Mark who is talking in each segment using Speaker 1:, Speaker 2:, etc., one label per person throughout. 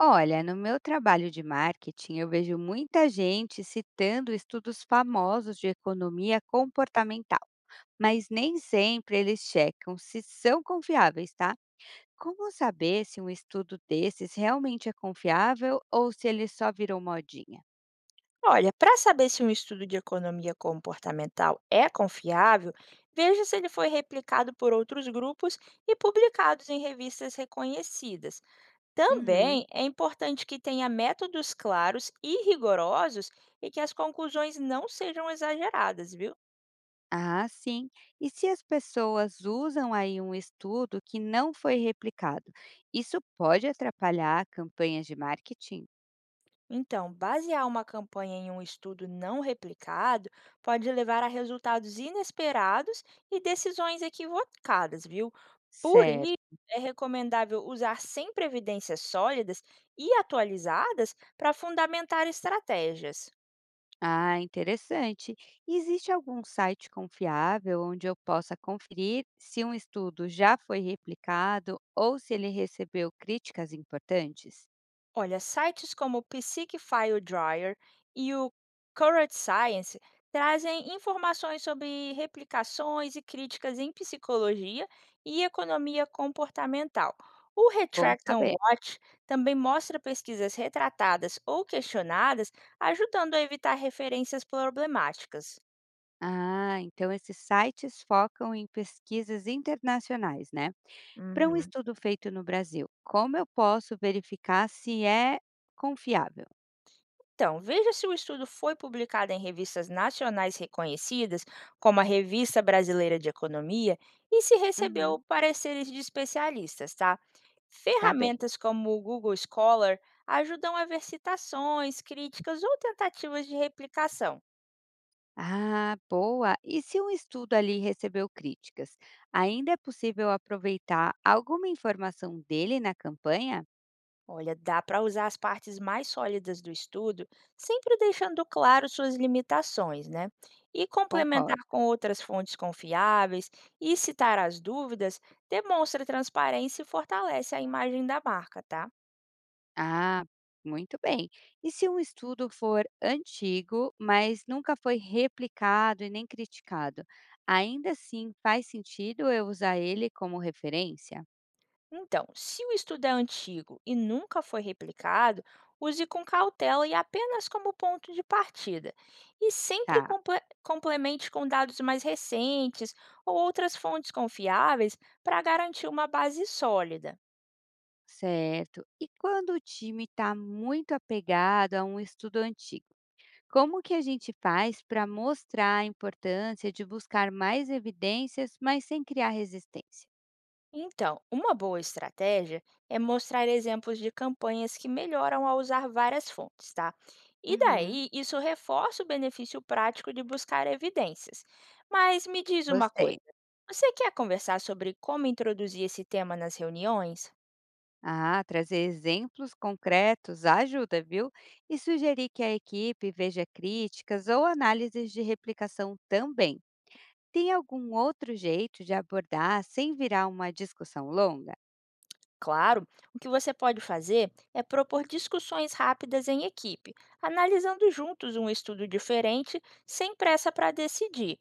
Speaker 1: Olha, no meu trabalho de marketing, eu vejo muita gente citando estudos famosos de economia comportamental, mas nem sempre eles checam se são confiáveis, tá? Como saber se um estudo desses realmente é confiável ou se ele só virou modinha?
Speaker 2: Olha, para saber se um estudo de economia comportamental é confiável, veja se ele foi replicado por outros grupos e publicado em revistas reconhecidas.
Speaker 1: Uhum.
Speaker 2: Também é importante que tenha métodos claros e rigorosos e que as conclusões não sejam exageradas, viu?
Speaker 1: Ah, sim. E se as pessoas usam aí um estudo que não foi replicado, isso pode atrapalhar campanhas de marketing?
Speaker 2: Então, basear uma campanha em um estudo não replicado pode levar a resultados inesperados e decisões equivocadas, viu? Por
Speaker 1: Certo.
Speaker 2: isso, é recomendável usar sempre evidências sólidas e atualizadas para fundamentar estratégias.
Speaker 1: Ah, interessante. Existe algum site confiável onde eu possa conferir se um estudo já foi replicado ou se ele recebeu críticas importantes?
Speaker 2: Olha, sites como o Psyc File Dryer e o Current Science trazem informações sobre replicações e críticas em psicologia e economia comportamental. O
Speaker 1: Bom
Speaker 2: Retract and
Speaker 1: saber.
Speaker 2: Watch também mostra pesquisas retratadas ou questionadas, ajudando a evitar referências problemáticas.
Speaker 1: Ah, então esses sites focam em pesquisas internacionais, né? Para um
Speaker 2: Uhum.
Speaker 1: estudo feito no Brasil, como eu posso verificar se é confiável?
Speaker 2: Então, veja se o estudo foi publicado em revistas nacionais reconhecidas, como a Revista Brasileira de Economia, e se recebeu
Speaker 1: Uhum,
Speaker 2: pareceres de especialistas, tá?
Speaker 1: tá bem.
Speaker 2: Ferramentas como o Google Scholar ajudam a ver citações, críticas ou tentativas de replicação.
Speaker 1: Ah, boa! E se um estudo ali recebeu críticas, ainda é possível aproveitar alguma informação dele na campanha?
Speaker 2: Olha, dá para usar as partes mais sólidas do estudo, sempre deixando claro suas limitações, né? E complementar
Speaker 1: Concordo.
Speaker 2: com outras fontes confiáveis e citar as dúvidas demonstra transparência e fortalece a imagem da marca, tá?
Speaker 1: Ah, muito bem. E se um estudo for antigo, mas nunca foi replicado e nem criticado, ainda assim faz sentido eu usar ele como referência?
Speaker 2: Então, se o estudo é antigo e nunca foi replicado, use com cautela e apenas como ponto de partida. E sempre
Speaker 1: Tá,
Speaker 2: complemente com dados mais recentes ou outras fontes confiáveis para garantir uma base sólida.
Speaker 1: certo. E quando o time está muito apegado a um estudo antigo? Como que a gente faz para mostrar a importância de buscar mais evidências, mas sem criar resistência?
Speaker 2: Então, uma boa estratégia é mostrar exemplos de campanhas que melhoram ao usar várias fontes, tá? E
Speaker 1: Uhum.
Speaker 2: daí, isso reforça o benefício prático de buscar evidências. Mas me diz uma coisa:
Speaker 1: Gostei.
Speaker 2: você quer conversar sobre como introduzir esse tema nas reuniões?
Speaker 1: Ah, trazer exemplos concretos ajuda, viu? E sugerir que a equipe veja críticas ou análises de replicação também. Tem algum outro jeito de abordar sem virar uma discussão longa?
Speaker 2: Claro, o que você pode fazer é propor discussões rápidas em equipe, analisando juntos um estudo diferente, sem pressa para decidir.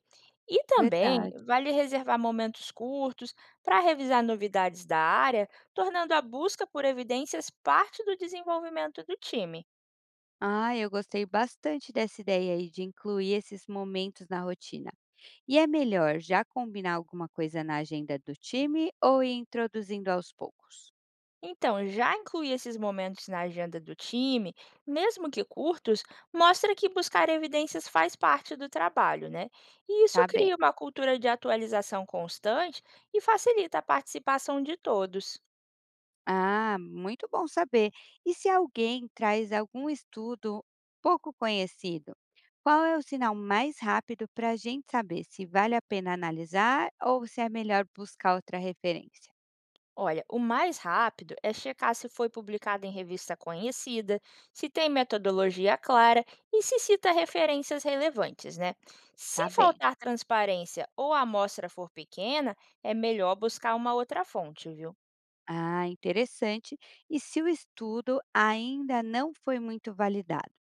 Speaker 2: E também
Speaker 1: Verdade.
Speaker 2: vale reservar momentos curtos para revisar novidades da área, tornando a busca por evidências parte do desenvolvimento do time.
Speaker 1: Ah, eu gostei bastante dessa ideia aí de incluir esses momentos na rotina. E é melhor já combinar alguma coisa na agenda do time ou ir introduzindo aos poucos?
Speaker 2: Então, já incluir esses momentos na agenda do time, mesmo que curtos, mostra que buscar evidências faz parte do trabalho, né? E isso
Speaker 1: Tá bem.
Speaker 2: cria uma cultura de atualização constante e facilita a participação de todos.
Speaker 1: Ah, muito bom saber. E se alguém traz algum estudo pouco conhecido, qual é o sinal mais rápido para a gente saber se vale a pena analisar ou se é melhor buscar outra referência?
Speaker 2: Olha, o mais rápido é checar se foi publicado em revista conhecida, se tem metodologia clara e se cita referências relevantes, né? Se
Speaker 1: Tá bem.
Speaker 2: faltar transparência ou a amostra for pequena, é melhor buscar uma outra fonte, viu?
Speaker 1: Ah, interessante. E se o estudo ainda não foi muito validado,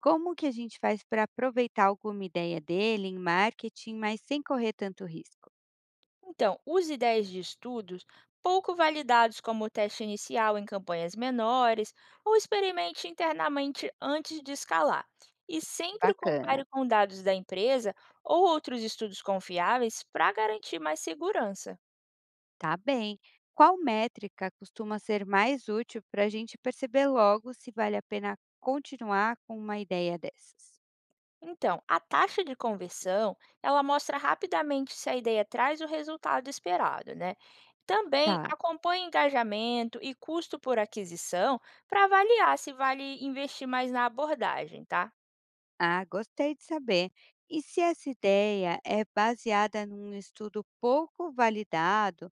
Speaker 1: como que a gente faz para aproveitar alguma ideia dele em marketing, mas sem correr tanto risco?
Speaker 2: Então, use ideias de estudos pouco validados como o teste inicial em campanhas menores ou experimente internamente antes de escalar. E sempre
Speaker 1: Bacana,
Speaker 2: compare com dados da empresa ou outros estudos confiáveis para garantir mais segurança.
Speaker 1: tá bem. Qual métrica costuma ser mais útil para a gente perceber logo se vale a pena continuar com uma ideia dessas?
Speaker 2: Então, a taxa de conversão, ela mostra rapidamente se a ideia traz o resultado esperado, né? Também
Speaker 1: Tá.
Speaker 2: acompanhe engajamento e custo por aquisição para avaliar se vale investir mais na abordagem, tá?
Speaker 1: Ah, gostei de saber. E se essa ideia é baseada num estudo pouco validado?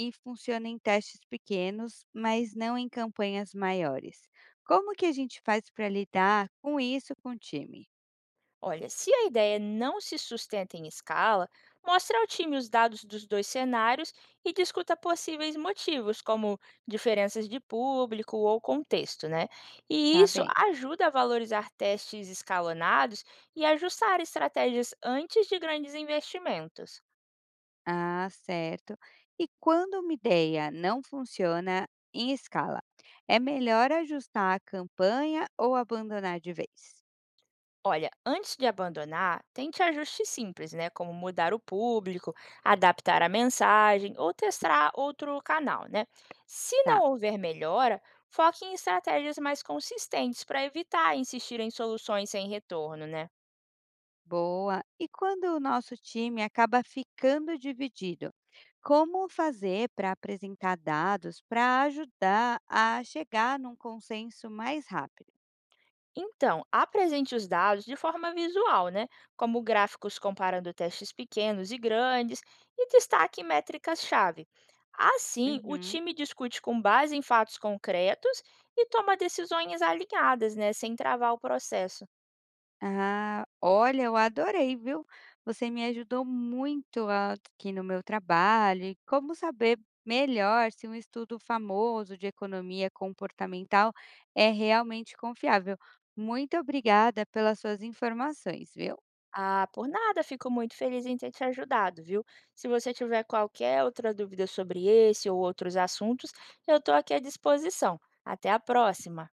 Speaker 1: E funciona em testes pequenos, mas não em campanhas maiores. Como que a gente faz para lidar com isso com o time?
Speaker 2: Olha, se a ideia não se sustenta em escala, mostre ao time os dados dos dois cenários e discuta possíveis motivos, como diferenças de público ou contexto, né? E
Speaker 1: Tá
Speaker 2: isso
Speaker 1: bem.
Speaker 2: ajuda a valorizar testes escalonados e ajustar estratégias antes de grandes investimentos.
Speaker 1: Ah, certo. E quando uma ideia não funciona em escala, é melhor ajustar a campanha ou abandonar de vez?
Speaker 2: Olha, antes de abandonar, tente ajustes simples, né? Como mudar o público, adaptar a mensagem ou testar outro canal, né? Se
Speaker 1: Tá,
Speaker 2: não houver melhora, foque em estratégias mais consistentes para evitar insistir em soluções sem retorno, né?
Speaker 1: boa. E quando o nosso time acaba ficando dividido, como fazer para apresentar dados para ajudar a chegar num consenso mais rápido?
Speaker 2: Então, apresente os dados de forma visual, né? Como gráficos comparando testes pequenos e grandes e destaque métricas-chave. Assim, o
Speaker 1: Uhum.
Speaker 2: time discute com base em fatos concretos e toma decisões alinhadas, né? Sem travar o processo.
Speaker 1: Ah, olha, eu adorei, viu. Você me ajudou muito aqui no meu trabalho e como saber melhor se um estudo famoso de economia comportamental é realmente confiável. Muito obrigada pelas suas informações, viu.
Speaker 2: Ah, por nada, fico muito feliz em ter te ajudado, viu? Se você tiver qualquer outra dúvida sobre esse ou outros assuntos, eu estou aqui à disposição. Até a próxima!